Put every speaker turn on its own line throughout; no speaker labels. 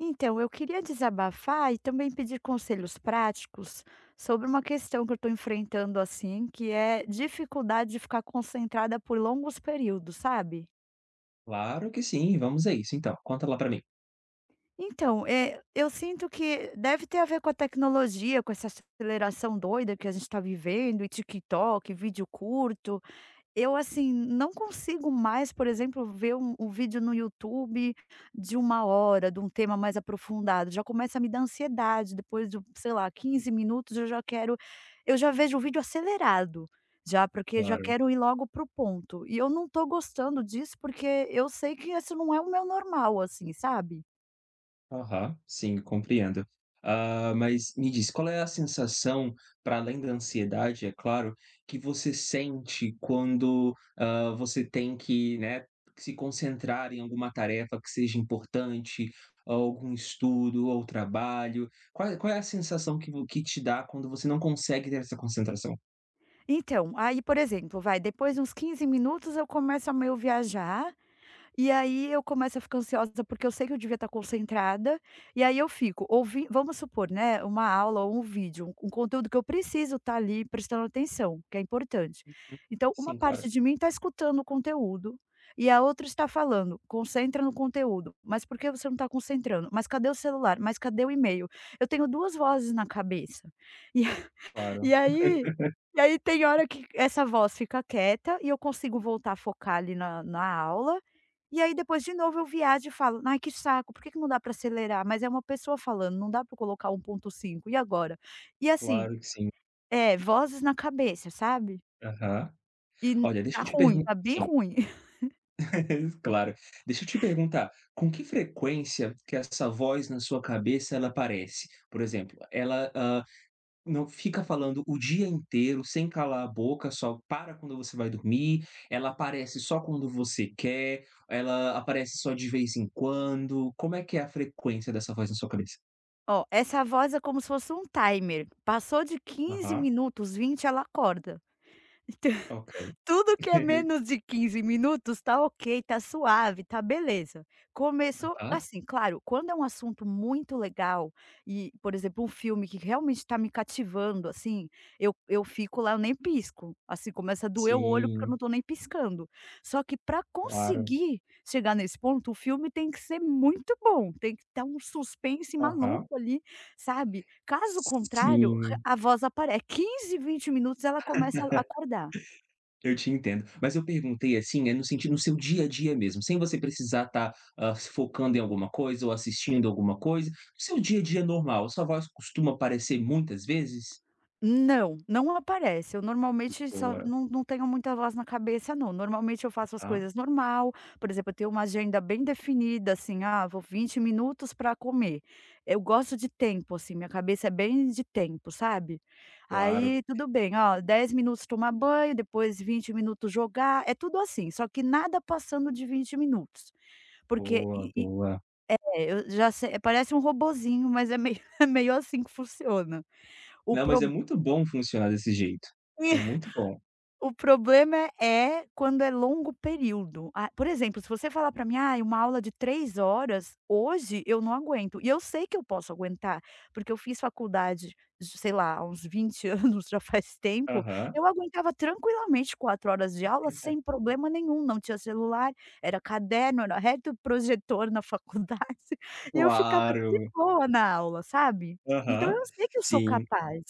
Então, eu queria desabafar e também pedir conselhos práticos sobre uma questão que eu estou enfrentando assim, que é dificuldade de ficar concentrada por longos períodos, sabe?
Claro que sim, vamos a isso então, conta lá pra mim.
Então, eu sinto que deve ter a ver com a tecnologia, com essa aceleração doida que a gente está vivendo, e TikTok, vídeo curto. Eu, assim, não consigo mais, por exemplo, ver um vídeo no YouTube de uma hora, de um tema mais aprofundado, já começa a me dar ansiedade, depois de, sei lá, 15 minutos eu já vejo o vídeo acelerado, já, porque já
Claro.
quero ir logo para o ponto. E eu não tô gostando disso, porque eu sei que esse não é o meu normal, assim, sabe.
Aham, sim, compreendo. Ah, mas me diz, qual é a sensação, para além da ansiedade, é claro, que você sente quando, você tem que, né, se concentrar em alguma tarefa que seja importante, algum estudo ou trabalho? Qual é a sensação que vo que te dá quando você não consegue ter essa concentração?
Então, aí, por exemplo, vai, depois de uns 15 minutos eu começo a meio viajar. E aí eu começo a ficar ansiosa, porque eu sei que eu devia estar concentrada, e aí eu fico ouvindo, vamos supor, né, uma aula ou um vídeo, um conteúdo que eu preciso estar ali prestando atenção, que é importante.
Hum,
Então uma
sim,
parte
claro,
de mim está escutando o conteúdo, e a outra está falando: "Concentra no conteúdo. Mas por que você não está concentrando? Mas cadê o celular? Mas cadê o e-mail?". Eu tenho 2 vozes na cabeça. E e
claro,
aí e aí tem hora que essa voz fica quieta e eu consigo voltar a focar ali na aula, e aí depois de novo eu viajo e falo: "Ai que saco, por que que não dá para acelerar? Mas é uma pessoa falando, não dá para colocar um ponto cinco e agora?". E assim,
claro que sim.
é, vozes na cabeça, sabe.
Aham. Olha, deixa
Tá
eu te
ruim,
perguntar.
tá bem
Sim.
ruim.
Claro. Deixa eu te perguntar, com que frequência que essa voz na sua cabeça ela aparece? Por exemplo, ela, não fica falando o dia inteiro sem calar a boca, só para quando você vai dormir, ela aparece só quando você quer, ela aparece só de vez em quando, como é que é a frequência dessa voz na sua cabeça?
Ó, essa voz é como se fosse um timer, passou de quinze
Aham,
minutos, 20, ela acorda.
ok.
Tudo que é menos de 15 minutos tá ok, tá suave, tá beleza. Começou
Aham.
assim, claro, quando é um assunto muito legal e, por exemplo, um filme que realmente tá me cativando, assim, eu fico lá, eu nem pisco, assim, começa a doer o olho porque eu
Sim,
não tô nem piscando. Só que para
claro.
conseguir chegar nesse ponto, o filme tem que ser muito bom, tem que ter um suspense
Aham.
maluco ali, sabe. Caso contrário,
Sim.
a voz aparece. É 15, 20 minutos ela começa a acordar.
Eu te entendo. Mas eu perguntei, assim, é no sentido no seu dia a dia mesmo, sem você precisar estar focando em alguma coisa ou assistindo alguma coisa. No seu dia a dia normal, sua voz costuma aparecer muitas vezes?
Não, não aparece. Eu normalmente só
Boa,
não tenho muita voz na cabeça não, normalmente eu faço as
tá,
coisas normal, por exemplo, eu tenho uma agenda bem definida, assim, ah, vou 20 minutos para comer. Eu gosto de tempo, assim, minha cabeça é bem de tempo, sabe.
claro.
Aí tudo bem, ó, 10 minutos tomar banho, depois 20 minutos jogar, é tudo assim, só que nada passando de 20 minutos, porque
Boa, boa.
é, eu já sei, parece um robozinho, mas é meio é meio assim que funciona. O
Não, mas é
proble
muito bom funcionar desse jeito. É muito bom.
O problema é quando é longo período. Ah, por exemplo, se você falar para mim: "Ah, uma aula de 3 horas, hoje eu não aguento". E eu sei que eu posso aguentar, porque eu fiz faculdade, sei lá, há uns 20 anos, já faz tempo,
Aham.
eu aguentava tranquilamente 4 horas de aula sem problema nenhum, não tinha celular, era caderno, era reto projetor na faculdade, e eu ficava
Claro.
de boa na aula, sabe. Então
Aham.
eu sei que eu sou
Sim.
capaz.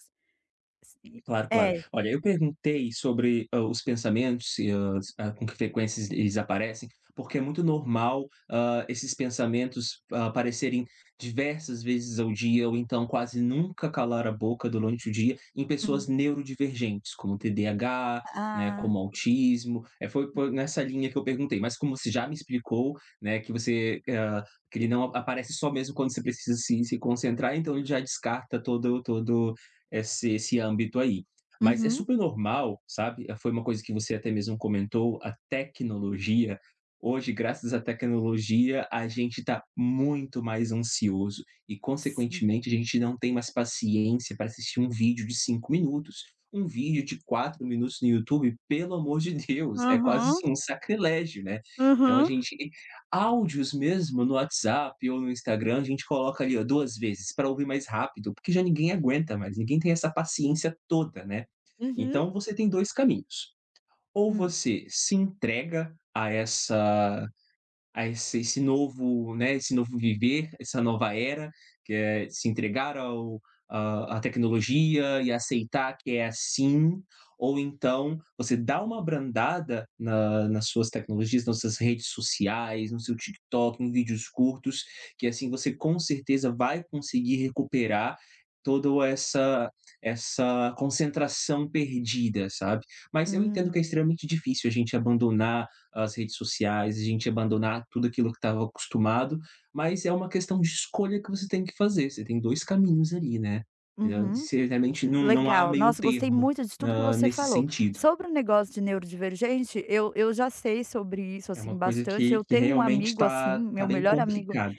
Se-
Claro, claro.
É.
Olha, eu perguntei sobre, os pensamentos e as a com que frequência es eles aparecem, porque é muito normal, esses pensamentos aparecerem diversas vezes ao dia ou então quase nunca calar a boca durante o dia em pessoas
Hum.
neurodivergentes, como TDAH, né,
Ah.
como autismo. É, foi nessa linha que eu perguntei, mas como você já me explicou, né, que você, que ele não aparece só mesmo quando você precisa se concentrar, então ele já descarta todo esse âmbito aí. Mas é
Uhum.
super normal, sabe. Foi uma coisa que você até mesmo comentou, a tecnologia. Hoje, graças à tecnologia, a gente está muito mais ansioso e,
Sim.
consequentemente, a gente não tem mais paciência para assistir um vídeo de 5 minutos. Um vídeo de 4 minutos no YouTube, pelo amor de Deus, é quase,
Aham,
assim, um sacrilégio, né. Então a
aham.
gente, áudios mesmo no WhatsApp ou no Instagram, a gente coloca ali, ó, 2 vezes para ouvir mais rápido, porque já ninguém aguenta mais, ninguém tem essa paciência toda, né.
Uhum.
Então você tem 2 caminhos, ou
Hum,
você se entrega a essa, a esse novo, né, esse novo viver, essa nova era, que é se entregar ao, a à tecnologia e aceitar que é assim, ou então você dá uma brandada na nas suas tecnologias, nas suas redes sociais, no seu TikTok, em vídeos curtos, que assim você com certeza vai conseguir recuperar toda essa concentração perdida, sabe. Mas eu entendo que
hum,
é extremamente difícil a gente abandonar as redes sociais, a gente abandonar tudo aquilo que estava acostumado, mas é uma questão de escolha que você tem que fazer, você tem 2 caminhos ali, né.
uhum.
Você realmente não há
Legal.
meio
Nossa, gostei
termo
muito de tudo que
na
você
nesse
falou.
sentido.
Sobre o negócio de neurodivergente, eu já sei sobre isso,
É uma
assim,
coisa
bastante. Eu
que
tenho um
realmente
amigo assim,
tá
meu
bem
melhor amigo.
complicado.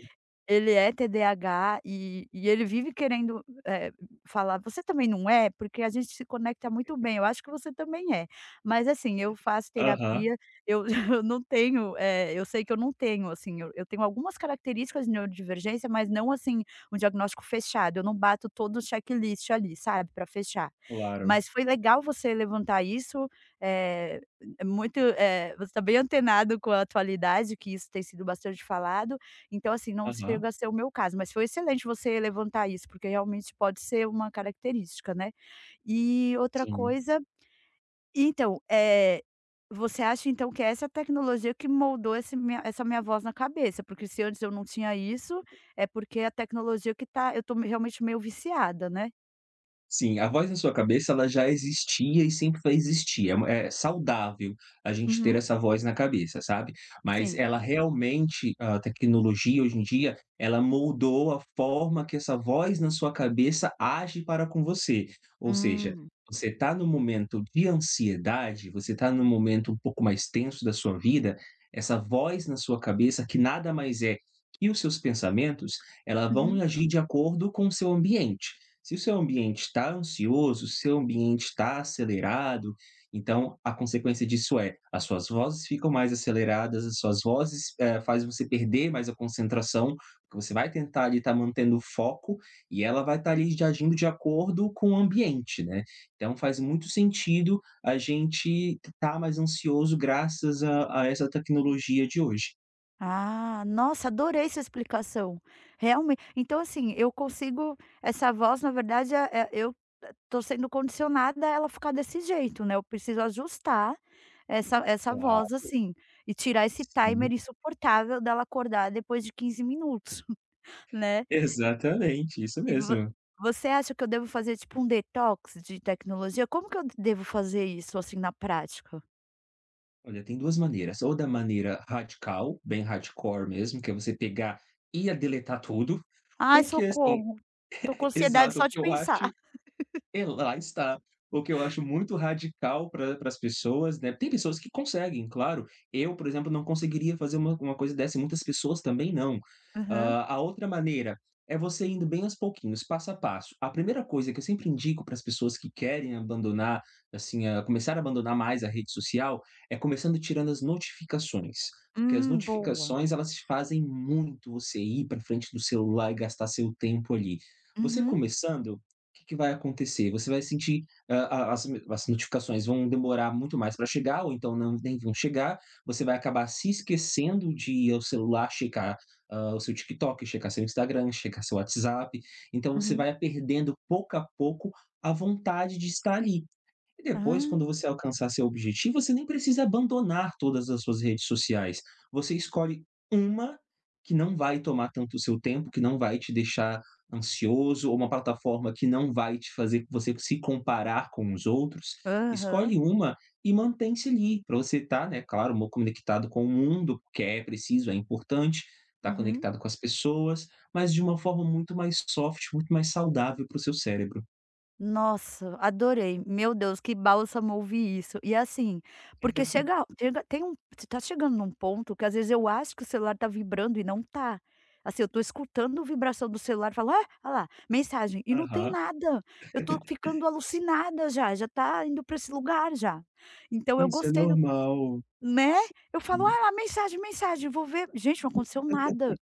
Ele é TDAH e ele vive querendo, falar: "Você também não é?", porque a gente se conecta muito bem, eu acho que você também é. Mas assim, eu faço
Aham,
terapia, eu eu não tenho, eu sei que eu não tenho, assim, eu tenho algumas características de neurodivergência, mas não assim, um diagnóstico fechado, eu não bato todo o checklist ali, sabe, para fechar.
claro.
Mas foi legal você levantar isso, eh, é muito, você está bem antenado com a atualidade, que isso tem sido bastante falado, então, assim, não
Aham,
chega a ser o meu caso, mas foi excelente você levantar isso, porque realmente pode ser uma característica, né. E outra
sim.
coisa então, é, você acha então que é essa tecnologia que moldou esse minha essa minha voz na cabeça, porque se antes eu não tinha isso, é porque a tecnologia que tá, eu estou realmente meio viciada, né?
Sim, a voz na sua cabeça ela já existia e sempre vai existir, é uma, é saudável a gente ter
Uhum,
essa voz na cabeça, sabe. Mas
sim.
ela realmente, a tecnologia hoje em dia, ela moldou a forma que essa voz na sua cabeça age para com você. Ou seja,
Hum.
você está no momento de ansiedade, você está no momento um pouco mais tenso da sua vida, essa voz na sua cabeça que nada mais é que os seus pensamentos, ela vão
Uhum.
agir de acordo com o seu ambiente. Se o seu ambiente está ansioso, o seu ambiente está acelerado, então a consequência disso é, as suas vozes ficam mais aceleradas, as suas vozes, faz você perder mais a concentração, porque você vai tentar ali estar mantendo o foco e ela vai estar ali de agindo de acordo com o ambiente, né. Então faz muito sentido a gente estar mais ansioso graças a essa tecnologia de hoje.
Ah, nossa, adorei sua explicação. Realmente então, assim, eu consigo, essa voz, na verdade, é eu tô sendo condicionada a ela ficar desse jeito, né, eu preciso ajustar essa
Claro,
voz, assim, e tirar esse
sim.
timer insuportável dela acordar depois de 15 minutos, né.
Exatamente, isso
E vo
mesmo.
Você acha que eu devo fazer tipo um detox de tecnologia? Como que eu devo fazer isso, assim, na prática?
Olha, tem 2 maneiras, ou da maneira radical, bem hardcore mesmo, que é você pegar e a deletar tudo,
Ai,
o que assim
socorro, tô com ansiedade
exato,
só
o
de
que eu
pensar.
acho é, lá está. O que eu acho muito radical para as pessoas, né, tem pessoas que conseguem, claro. Eu, por exemplo, não conseguiria fazer uma coisa dessa e muitas pessoas também não.
Aham.
Ah, a outra maneira é você indo bem aos pouquinhos, passo a passo. A primeira coisa que eu sempre indico para as pessoas que querem abandonar, assim, a começar a abandonar mais a rede social, é começando tirando as notificações. Porque as
Boa.
notificações, elas fazem muito você ir para frente do celular e gastar seu tempo ali. Você
Uhum,
começando, que vai acontecer? Você vai sentir, as notificações vão demorar muito mais para chegar ou então nem vão chegar, você vai acabar se esquecendo de ir ao celular checar, o seu TikTok, checar seu Instagram, checar seu WhatsApp, então você
uhum.
vai perdendo pouco a pouco a vontade de estar ali. E depois,
Ah,
quando você alcançar seu objetivo, você nem precisa abandonar todas as suas redes sociais. Você escolhe uma que não vai tomar tanto o seu tempo, que não vai te deixar ansioso, ou uma plataforma que não vai te fazer você se comparar com os outros.
aham,
Escolhe uma e mantém-se ali, para você estar, né, claro, conectado com o mundo, porque é preciso, é importante, estar
uhum.
conectado com as pessoas, mas de uma forma muito mais soft, muito mais saudável para o seu cérebro.
Nossa, adorei. Meu Deus, que bálsamo ouvir isso. E assim, porque chega chega tem um você tá chegando num ponto que às vezes eu acho que o celular tá vibrando e não tá. Assim, eu tô escutando a vibração do celular e falo: "Ah, ah lá, mensagem", e não tem
Aham.
nada. Eu tô ficando alucinada já, já tá indo para esse lugar já. Então eu
Isso é
gostei do,
normal.
né?
Sim.
Eu falo: "Ah lá, mensagem, mensagem", vou ver, gente, não aconteceu nada.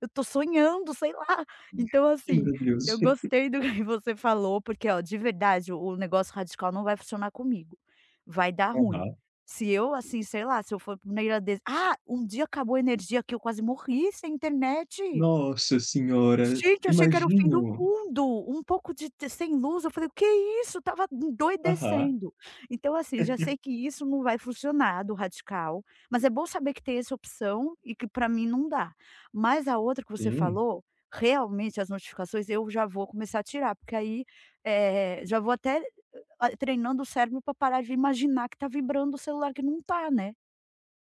Eu tô sonhando, sei lá. Então,
Que
assim,
maravilhoso.
eu gostei do que você falou, porque, ó, de verdade, o negócio radical não vai funcionar comigo. Vai dar ruim.
Aham.
Se eu, assim, sei lá, se eu for para um dia acabou a energia que eu quase morri sem internet.
Nossa senhora,
Gente, eu achei que era o fim do
imagino.
mundo, um pouco de te sem luz, eu falei: "O que é isso?", estava
Aham,
endoidecendo. Então assim, já sei que isso não vai funcionar do radical, mas é bom saber que tem essa opção e que para mim não dá. Mas a outra que você
sim.
falou, realmente as notificações eu já vou começar a tirar, porque aí, já vou até a treinando o cérebro para parar de imaginar que tá vibrando o celular que não tá, né.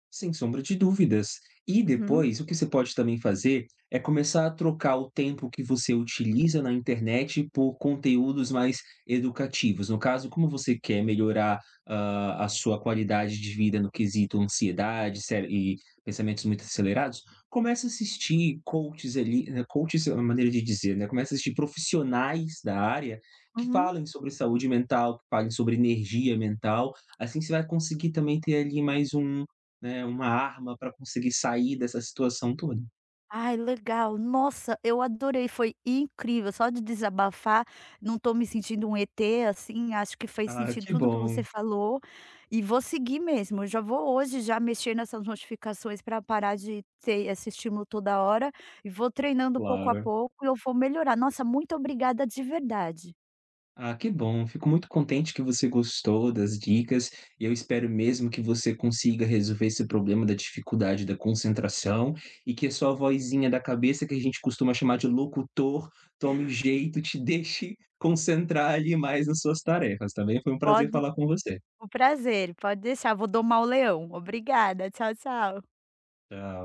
Sem sombra de dúvidas. E
Uhum,
depois, o que você pode também fazer é começar a trocar o tempo que você utiliza na internet por conteúdos mais educativos. No caso, como você quer melhorar, a sua qualidade de vida no quesito ansiedade ce e pensamentos muito acelerados, começa a assistir coaches ali, coaches é uma maneira de dizer, né, começa a assistir profissionais da área que
uhum.
falem sobre saúde mental, que falem sobre energia mental, assim você vai conseguir também ter ali mais um, né, uma arma para conseguir sair dessa situação toda.
Ai, legal. Nossa, eu adorei, foi incrível. Só de desabafar, não estou me sentindo um ET, assim, acho que fez
Ah,
sentido
que
tudo que
bom,
você falou e vou seguir mesmo. Eu já vou hoje já mexer nessas notificações para parar de ter esse estímulo toda hora e vou treinando pouco a
claro.
pouco e eu vou melhorar. Nossa, muito obrigada de verdade.
Ah, que bom, fico muito contente que você gostou das dicas e eu espero mesmo que você consiga resolver esse problema da dificuldade da concentração e que a sua vozinha da cabeça, que a gente costuma chamar de locutor, tome jeito, te deixe concentrar ali mais nas suas tarefas, tá bem? Foi um prazer
Pode
falar com você,
Um prazer, pode deixar, vou domar o leão. Obrigada, tchau, tchau.
tá.